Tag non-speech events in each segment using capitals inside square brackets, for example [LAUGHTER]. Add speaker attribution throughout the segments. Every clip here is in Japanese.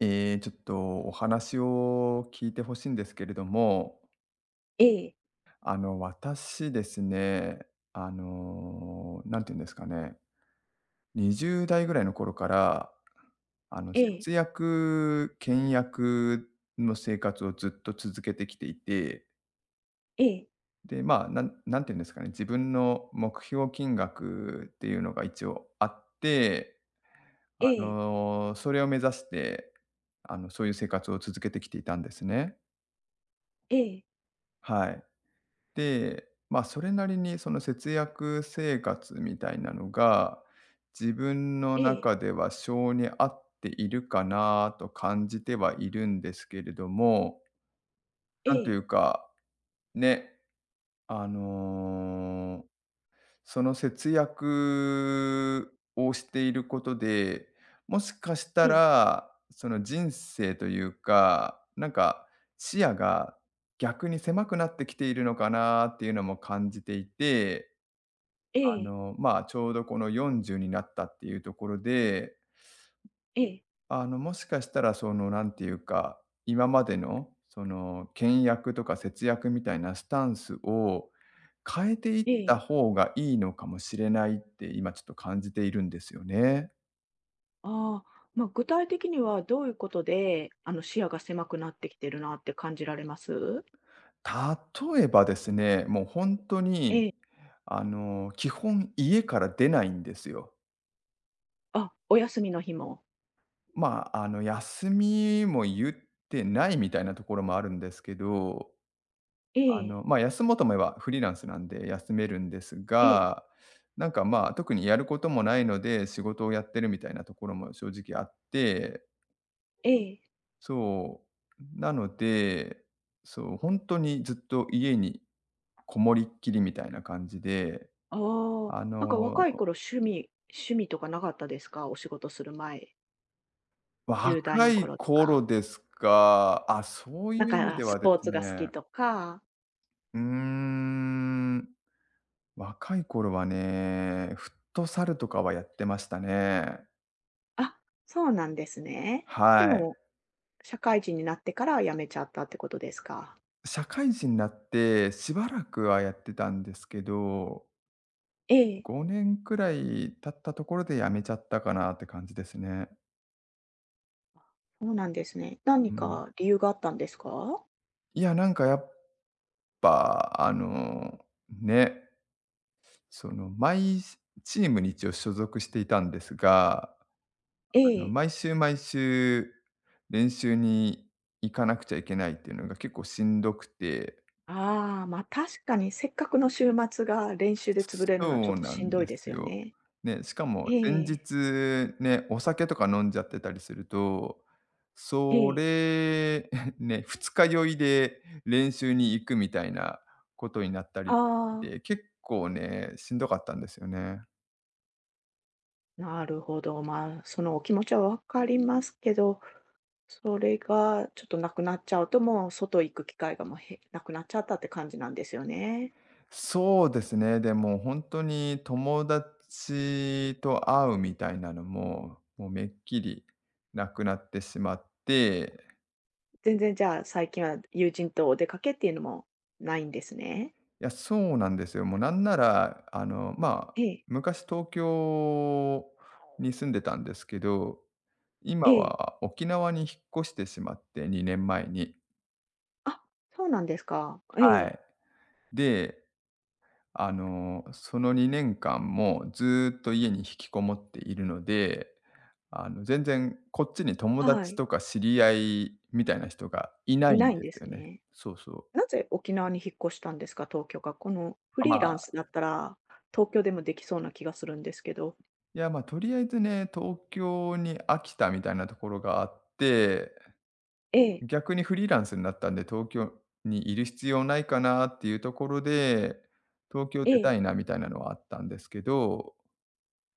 Speaker 1: ちょっとお話を聞いてほしいんですけれども、
Speaker 2: ええ、
Speaker 1: 私ですね、あの、なんていうんですかね、20代ぐらいの頃から、
Speaker 2: ええ、
Speaker 1: 節約、倹約の生活をずっと続けてきていて、
Speaker 2: ええ、
Speaker 1: で、まあ、なんなんていうんですかね、自分の目標金額っていうのが一応あって、
Speaker 2: ええ、
Speaker 1: それを目指して、そういう生活を続けてきていたんですね。
Speaker 2: ええ、
Speaker 1: はい。で、まあそれなりにその節約生活みたいなのが、自分の
Speaker 2: ええ、
Speaker 1: 中では性に合っているかなと感じてはいるんですけれども、
Speaker 2: え
Speaker 1: なんとい
Speaker 2: え、
Speaker 1: うか、ね、あの、その節約をしていることで、もしかした
Speaker 2: ええ、
Speaker 1: ら、その人生というか、なんか視野が逆に狭くなってきているのかなっていうのも感じていて、
Speaker 2: ええ、
Speaker 1: まあ、ちょうどこの40になったっていうところで、
Speaker 2: ええ、
Speaker 1: もしかしたらその、なんていうか、今までのその倹約とか節約みたいなスタンスを変えていった
Speaker 2: ええ。
Speaker 1: 方がいいのかもしれないって今ちょっと感じているんですよね。
Speaker 2: ああ、まあ、具体的にはどういうことで、視野が狭くなってきてるなって感じられます？
Speaker 1: 例えばですね、もう本当
Speaker 2: え
Speaker 1: に、
Speaker 2: え。
Speaker 1: 基本家から出ないんですよ。
Speaker 2: あ、お休みの日も。
Speaker 1: まあ、休みも言ってないみたいなところもあるんですけど、
Speaker 2: ええ、
Speaker 1: まあ、休もうと思えばフリーランスなんで休めるんです
Speaker 2: ええ、
Speaker 1: が、なんか、まあ、特にやることもないので、仕事をやってるみたいなところも正直あって、
Speaker 2: ええ。
Speaker 1: そう、なので、そう、本当にずっと家にこもりっきりみたいな感じで、
Speaker 2: ああ、
Speaker 1: あ
Speaker 2: な
Speaker 1: の、
Speaker 2: んか若い頃趣味とかなかったですか？お仕事する前、10代
Speaker 1: 若
Speaker 2: の
Speaker 1: い
Speaker 2: 頃と
Speaker 1: 頃
Speaker 2: か。
Speaker 1: ですか、あ、そうい
Speaker 2: なん
Speaker 1: う意味
Speaker 2: か
Speaker 1: で
Speaker 2: ス
Speaker 1: はで
Speaker 2: ポー
Speaker 1: す
Speaker 2: ツが好
Speaker 1: ね、
Speaker 2: きとか。
Speaker 1: うーん、若い頃はね、フットサルとかはやってましたね。
Speaker 2: あ、そうなんですね。で
Speaker 1: はい。
Speaker 2: も社会人になってから辞めちゃったってことですか？
Speaker 1: 社会人になってしばらくはやってたんですけど、
Speaker 2: ええ。
Speaker 1: 5年くらい経ったところで辞めちゃったかなって感じですね。
Speaker 2: そうなんですね。何
Speaker 1: うん。
Speaker 2: か理由があったんですか？
Speaker 1: いや、なんかやっぱ、あの、ね、その、毎しチームに一応所属していたんですが、
Speaker 2: ええ。
Speaker 1: 毎週毎週練習に行かなくちゃいけないっていうのが結構しんどくて。
Speaker 2: ああ、ま、確かにせっかくの週末が練習で潰れるのはち
Speaker 1: そ
Speaker 2: ょっ
Speaker 1: う
Speaker 2: と
Speaker 1: な
Speaker 2: しん
Speaker 1: ん
Speaker 2: ど
Speaker 1: で
Speaker 2: いで
Speaker 1: す
Speaker 2: すよ
Speaker 1: よ。
Speaker 2: ね。
Speaker 1: ね、しかも前
Speaker 2: ええ。
Speaker 1: 日ね、お酒とか飲んじゃってたりすると、
Speaker 2: え
Speaker 1: そ
Speaker 2: え。
Speaker 1: れ、[LAUGHS] ね、二日酔いで練習に行くみたいなことになった
Speaker 2: あ
Speaker 1: り
Speaker 2: あ、
Speaker 1: で、結構ね、しんどかったんですよね。
Speaker 2: なるほど。まあ、そのお気持ちはわかりますけど、それがちょっとなくなっちゃうと、もう外行く機会がもうへなくなっちゃったって感じなんですよね。
Speaker 1: そうですね、でも本当に友達と会うみたいなのも、もうめっきりなくなってしまって。
Speaker 2: 全然じゃあ、最近は友人とお出かけっていうのもないんですね？
Speaker 1: いや、そうなんですよ。もうなんなら、まあ、
Speaker 2: ええ。
Speaker 1: 昔東京に住んでたんですけど、今
Speaker 2: ええ。
Speaker 1: は沖縄に引っ越してしまって、2年前に。
Speaker 2: あ、そうなんですか。え
Speaker 1: は
Speaker 2: え。
Speaker 1: い。で、その2年間もずーっと家に引きこもっているので、全然こっちに友
Speaker 2: は
Speaker 1: 達
Speaker 2: い。
Speaker 1: とか知り合いみたいな人がいな
Speaker 2: い
Speaker 1: い
Speaker 2: な
Speaker 1: ん
Speaker 2: いん
Speaker 1: で
Speaker 2: で
Speaker 1: す
Speaker 2: す
Speaker 1: よね。
Speaker 2: ね。
Speaker 1: そうそう。
Speaker 2: なぜ沖縄に引っ越したんですか？東京が。このフ
Speaker 1: あ、ま
Speaker 2: リーランス
Speaker 1: あ
Speaker 2: だったら、東京でもできそうな気がするんですけど。
Speaker 1: とりあえずね、東京に飽きたみたいなところがあって、
Speaker 2: ええ、
Speaker 1: 逆にフリーランスになったんで、東京にいる必要ないかなっていうところで、東京
Speaker 2: え
Speaker 1: 出た
Speaker 2: え。
Speaker 1: いなみたいなのはあったんですけど、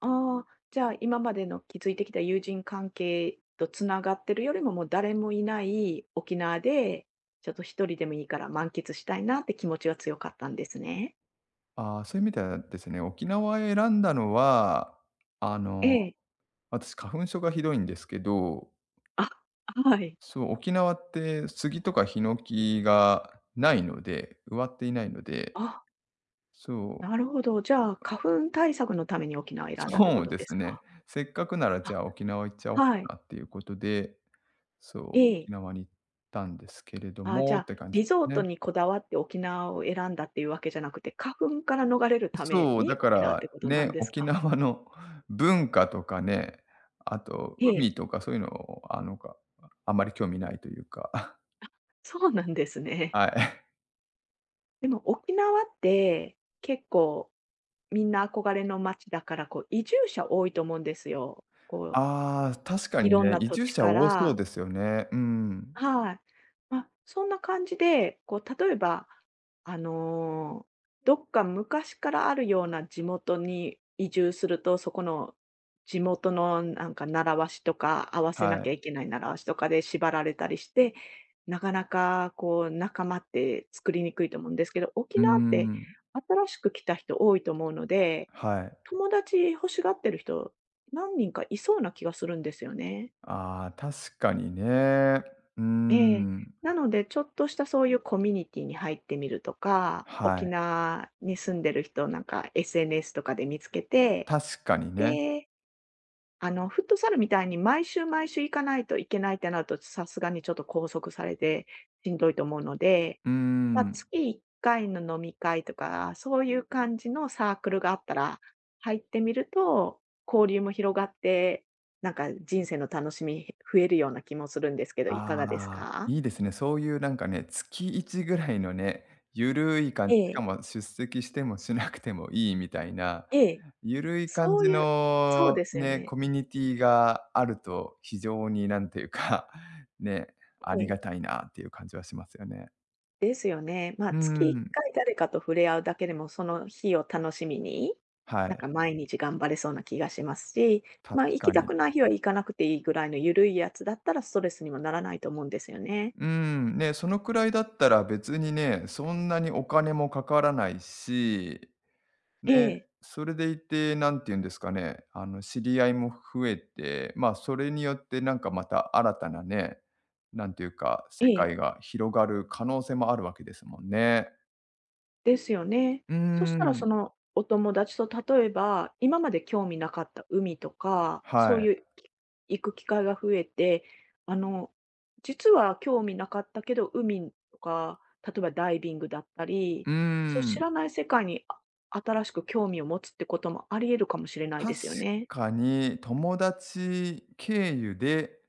Speaker 2: ああ、じゃあ、今までの築いてきた友人関係とつながってるよりも、もう誰もいない沖縄で、ちょっと一人でもいいから満喫したいなって気持ちが強かったんですね。
Speaker 1: ああ、そういう意味ではですね、沖縄を選んだのは、あ
Speaker 2: え
Speaker 1: の、
Speaker 2: え。
Speaker 1: 私花粉症がひどいんですけど、
Speaker 2: あ、はい。
Speaker 1: そう、沖縄って杉とかヒノキがないので、植わっていないので、
Speaker 2: あ。
Speaker 1: そう。
Speaker 2: なるほど。じゃあ、花粉対策のために沖縄を選んだって
Speaker 1: そ
Speaker 2: こ
Speaker 1: う
Speaker 2: と
Speaker 1: で
Speaker 2: で
Speaker 1: す
Speaker 2: す
Speaker 1: ね。
Speaker 2: か？
Speaker 1: せっかくならじゃ
Speaker 2: あ、
Speaker 1: あ沖縄行っちゃおうか
Speaker 2: はい。
Speaker 1: なっていうことで、そう、
Speaker 2: ええ。
Speaker 1: 沖縄に行ったんですけれど
Speaker 2: あ、じ
Speaker 1: も
Speaker 2: ゃ
Speaker 1: っ
Speaker 2: あ、
Speaker 1: て感じ
Speaker 2: リ
Speaker 1: です
Speaker 2: ゾー
Speaker 1: ね。
Speaker 2: トにこだわって沖縄を選んだっていうわけじゃなくて、花粉から逃れるため
Speaker 1: そう、
Speaker 2: に
Speaker 1: だか
Speaker 2: 沖縄っ
Speaker 1: ら
Speaker 2: てことなん
Speaker 1: ね、
Speaker 2: です
Speaker 1: 沖
Speaker 2: か？
Speaker 1: 縄の文化とかね、あと
Speaker 2: ええ。
Speaker 1: 海とかそういうのを、あのかあんまり興味ないというか、
Speaker 2: そうなんです
Speaker 1: [LAUGHS]
Speaker 2: ね。
Speaker 1: はい。
Speaker 2: でも沖縄って結構みんな憧れの街だから、こう移住者多いと思うんですよ。こう、
Speaker 1: ああ、確か
Speaker 2: い
Speaker 1: に
Speaker 2: ろん
Speaker 1: ね、
Speaker 2: な
Speaker 1: 移
Speaker 2: 土
Speaker 1: 住
Speaker 2: 地
Speaker 1: 者
Speaker 2: か
Speaker 1: 多そう
Speaker 2: ら。
Speaker 1: ですよね。うん。
Speaker 2: はい。ま、そんな感じで、こう例えば、あの、どっか昔からあるような地元に移住すると、そこの地元のなんか習わしとか、合わせな
Speaker 1: はい。
Speaker 2: きゃいけない習わしとかで縛られたりして、なかなかこう仲間って作りにくいと思うんですけど、
Speaker 1: う
Speaker 2: 沖縄って
Speaker 1: ん、
Speaker 2: 新しく来た人多いと思うので、
Speaker 1: はい。
Speaker 2: 友達欲しがってる人、何人かいそうな気がするんですよね。
Speaker 1: ああ、確かにね。う
Speaker 2: ええ。
Speaker 1: ん、
Speaker 2: なので、ちょっとしたそういうコミュニティに入ってみるとか、
Speaker 1: は
Speaker 2: 沖
Speaker 1: い。
Speaker 2: 縄に住んでる人をなんか SNS とかで見つけて、
Speaker 1: 確かにね。
Speaker 2: で、フットサルみたいに毎週毎週行かないといけないってなると、さすがにちょっと拘束されてしんどいと思うので、
Speaker 1: うー
Speaker 2: まあ、
Speaker 1: ん。
Speaker 2: 月1回の飲み会とか、そういう感じのサークルがあったら入ってみると、交流も広がって、なんか人生の楽しみ、増えるような気もするんですけど、い
Speaker 1: あ
Speaker 2: かがです
Speaker 1: あ、
Speaker 2: か？
Speaker 1: いいですね。そういうなんかね、月1ぐらいのね、ゆるい感
Speaker 2: え
Speaker 1: じ、しか
Speaker 2: え。
Speaker 1: も出席してもしなくてもいいみたいな、
Speaker 2: ええ、
Speaker 1: ゆるい感
Speaker 2: そう
Speaker 1: じ
Speaker 2: いうそう
Speaker 1: の
Speaker 2: ですよ
Speaker 1: ね、
Speaker 2: ね。
Speaker 1: コミュニティがあると非常になんていうか、[LAUGHS] ね、あ
Speaker 2: え
Speaker 1: り
Speaker 2: え、
Speaker 1: がたいなっていう感じはしますよね。
Speaker 2: ですよね。ま
Speaker 1: う
Speaker 2: あ、
Speaker 1: ー
Speaker 2: 月1
Speaker 1: ん、
Speaker 2: 回誰かと触れ合うだけでも、その日を楽しみに、
Speaker 1: は
Speaker 2: なん
Speaker 1: い、
Speaker 2: か毎日頑張れそうな気がしますし、
Speaker 1: 確
Speaker 2: まあ、行
Speaker 1: か
Speaker 2: きた
Speaker 1: に。
Speaker 2: くない日は行かなくていいぐらいの緩いやつだったらストレスにもならないと思うんですよね。
Speaker 1: うーん、ね、そのくらいだったら別にね、そんなにお金もかからないし
Speaker 2: え
Speaker 1: ね、
Speaker 2: え、
Speaker 1: それでいて、なんて言うんですかね、知り合いも増えて、まあ、それによってなんかまた新たなね、なんていうか、
Speaker 2: え
Speaker 1: 世
Speaker 2: え。
Speaker 1: 界が広がる可能性もあるわけですもんね。
Speaker 2: ですよね。
Speaker 1: うー
Speaker 2: そしたら
Speaker 1: ん、
Speaker 2: そのお友達と例えば、今まで興味なかった海とか、
Speaker 1: は
Speaker 2: そう
Speaker 1: い。
Speaker 2: いう行く機会が増えて、あの、実は興味なかったけど、海とか、例えばダイビングだったり、
Speaker 1: うー
Speaker 2: そう知
Speaker 1: ん、
Speaker 2: らない世界に新しく興味を持つってこともあり得るかもしれないで
Speaker 1: 確
Speaker 2: すよね。
Speaker 1: かに友達経由で、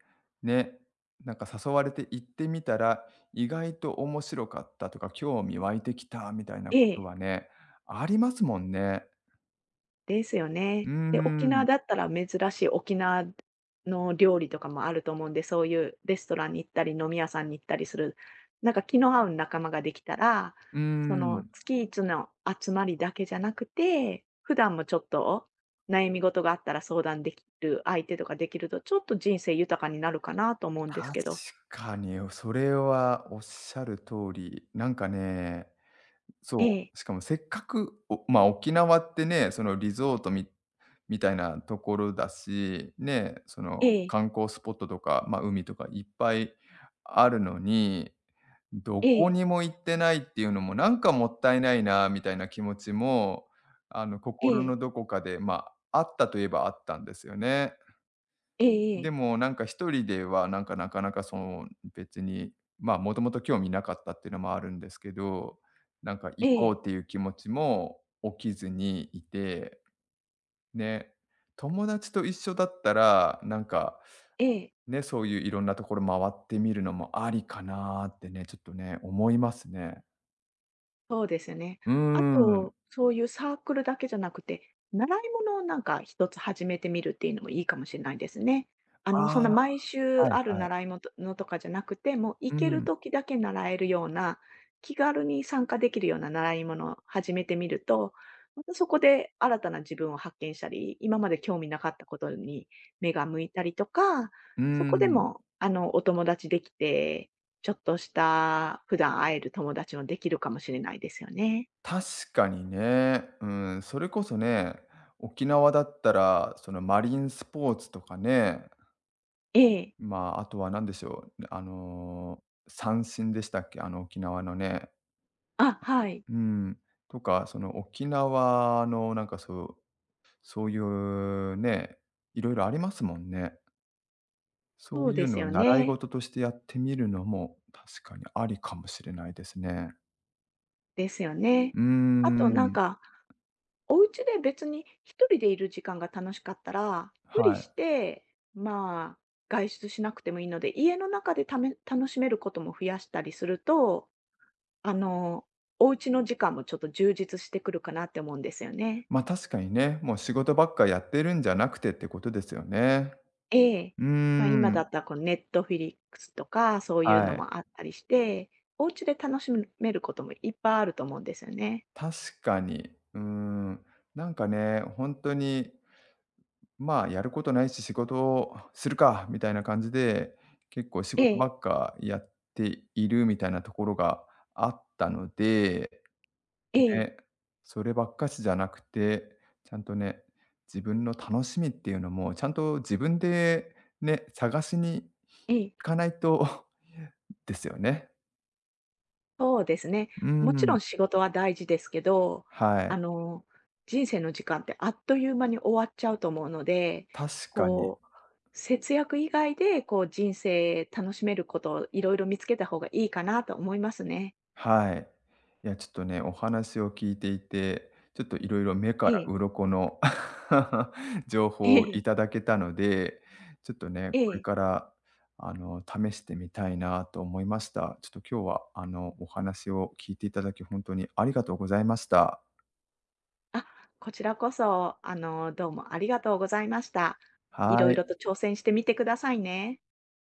Speaker 1: ね、なんか誘われて行ってみたら、意外と面白かったとか、興味湧いてきたみたいなこ
Speaker 2: え
Speaker 1: と
Speaker 2: え。
Speaker 1: はね、ありますもんね。
Speaker 2: ですよ
Speaker 1: う
Speaker 2: ね。
Speaker 1: ー
Speaker 2: で、沖縄
Speaker 1: ん。
Speaker 2: だったら珍しい沖縄の料理とかもあると思うんで、そういうレストランに行ったり、飲み屋さんに行ったりする、なんか気の合う仲間ができたら、
Speaker 1: うー
Speaker 2: その
Speaker 1: ん、
Speaker 2: 月一の集まりだけじゃなくて、普段もちょっと悩み事があったら相談できる相手とかできると、ちょっと人生豊かになるかなと思うんです
Speaker 1: 確
Speaker 2: けど。
Speaker 1: かに、それはおっしゃる通り、なんかね、
Speaker 2: え
Speaker 1: そ
Speaker 2: え、
Speaker 1: う、しかもせっかく、まあ、沖縄ってね、そのリゾートみみたいなところだし、ね、その
Speaker 2: ええ、
Speaker 1: 観光スポットとか、まあ、海とかいっぱいあるのに、ど
Speaker 2: え
Speaker 1: こ
Speaker 2: え、
Speaker 1: にも行ってないっていうのもなんかもったいないなみたいな気持ちも、
Speaker 2: え
Speaker 1: 心の
Speaker 2: え、
Speaker 1: どこかで、まあ、あったといえばあったんですよね。
Speaker 2: えええ
Speaker 1: で
Speaker 2: え、
Speaker 1: もなんか一人ではなんかなかなかその別に、まあ、もともと興味なかったっていうのもあるんですけど、なんか
Speaker 2: え
Speaker 1: 行こう
Speaker 2: え、
Speaker 1: っていう気持ちも起きずにいて、ね、友達と一緒だったら、なんか
Speaker 2: ええ。
Speaker 1: ね、そういういろんなところ回ってみるのもありかなってね、ちょっとね、思いますね。
Speaker 2: そうですね。
Speaker 1: うー
Speaker 2: あ
Speaker 1: ん。
Speaker 2: と、そういうサークルだけじゃなくて、習い物をなんか一つ始めてみるっていうのもいいかもしれないですね。そ
Speaker 1: あ
Speaker 2: ん
Speaker 1: あ、
Speaker 2: な毎週
Speaker 1: はい
Speaker 2: ある
Speaker 1: はい。
Speaker 2: 習い物とかじゃなくて、もう
Speaker 1: う
Speaker 2: 行ける
Speaker 1: ん、
Speaker 2: 時だけ習えるような、気軽に参加できるような習い物を始めてみると、またそこで新たな自分を発見したり、今まで興味なかったことに目が向いたりとか、
Speaker 1: うー
Speaker 2: そこで
Speaker 1: ん。
Speaker 2: もお友達できて、ちょっとした普段会える友達もできるかもしれないですよね。
Speaker 1: 確かにね。うん、それこそね、沖縄だったら、そのマリンスポーツとかね、
Speaker 2: ええ。
Speaker 1: まあ、あとは何でしょう、ね三振でしたっけ？あの、沖縄のね。
Speaker 2: あ、はい。
Speaker 1: うん。とか、その沖縄のなんかそう、そういうね、いろいろありますもんね。そ
Speaker 2: そ
Speaker 1: う
Speaker 2: う
Speaker 1: いう
Speaker 2: です
Speaker 1: のを
Speaker 2: よ
Speaker 1: 習い
Speaker 2: ね。
Speaker 1: 事としてやってみるのも、確かにありかもしれないですね。
Speaker 2: ですよね。
Speaker 1: うー
Speaker 2: あとなん
Speaker 1: ん、
Speaker 2: か、お家で別に一人でいる時間が楽しかったら、無理
Speaker 1: は
Speaker 2: し
Speaker 1: い。
Speaker 2: て、まあ、外出しなくてもいいので、家の中で楽しめることも増やしたりすると、あの、お家の時間もちょっと充実してくるかなって思うんですよね。
Speaker 1: まあ確かにね、もう仕事ばっかやってるんじゃなくてってことですよね。
Speaker 2: ええ。
Speaker 1: うー
Speaker 2: まあ、今だ
Speaker 1: ん、
Speaker 2: ったらこうネットフィリックスとかそういう
Speaker 1: は
Speaker 2: の
Speaker 1: い。
Speaker 2: もあったりして、お家で楽しめることもいっぱいあると思うんですよね。
Speaker 1: 確かに。うーん。なんかね、本当に、まあ、やることないし仕事をするかみたいな感じで、結構仕
Speaker 2: え
Speaker 1: 事ば
Speaker 2: え、
Speaker 1: っかやっているみたいなところがあったので
Speaker 2: ええ、
Speaker 1: ね、そればっかしじゃなくて、ちゃんとね、自分の楽しみっていうのも、ちゃんと自分でね、探しに
Speaker 2: え
Speaker 1: 行
Speaker 2: え。
Speaker 1: かないと [LAUGHS] ですよね。
Speaker 2: そうですね。
Speaker 1: う
Speaker 2: もちろ
Speaker 1: ん、
Speaker 2: ん仕事は大事ですけど、
Speaker 1: は
Speaker 2: あ
Speaker 1: い、
Speaker 2: の、人生の時間ってあっという間に終わっちゃうと思うので、
Speaker 1: 確かに。
Speaker 2: こう、節約以外でこう人生楽しめることをいろいろ見つけた方がいいかなと思いますね。
Speaker 1: はい。いや、ちょっとね、お話を聞いていて、ちょっといろいろ目か
Speaker 2: え
Speaker 1: ら
Speaker 2: え、
Speaker 1: 鱗の [LAUGHS] 情
Speaker 2: え
Speaker 1: 報をい
Speaker 2: え、
Speaker 1: ただけたので、ちょっとね、
Speaker 2: え
Speaker 1: これ
Speaker 2: え。
Speaker 1: から試してみたいなと思いました。ちょっと今日はお話を聞いていただき、本当にありがとうございました。
Speaker 2: あ、こちらこそ、あの、どうもありがとうございました。
Speaker 1: は
Speaker 2: いろいろ
Speaker 1: い。
Speaker 2: と挑戦してみてくださいね。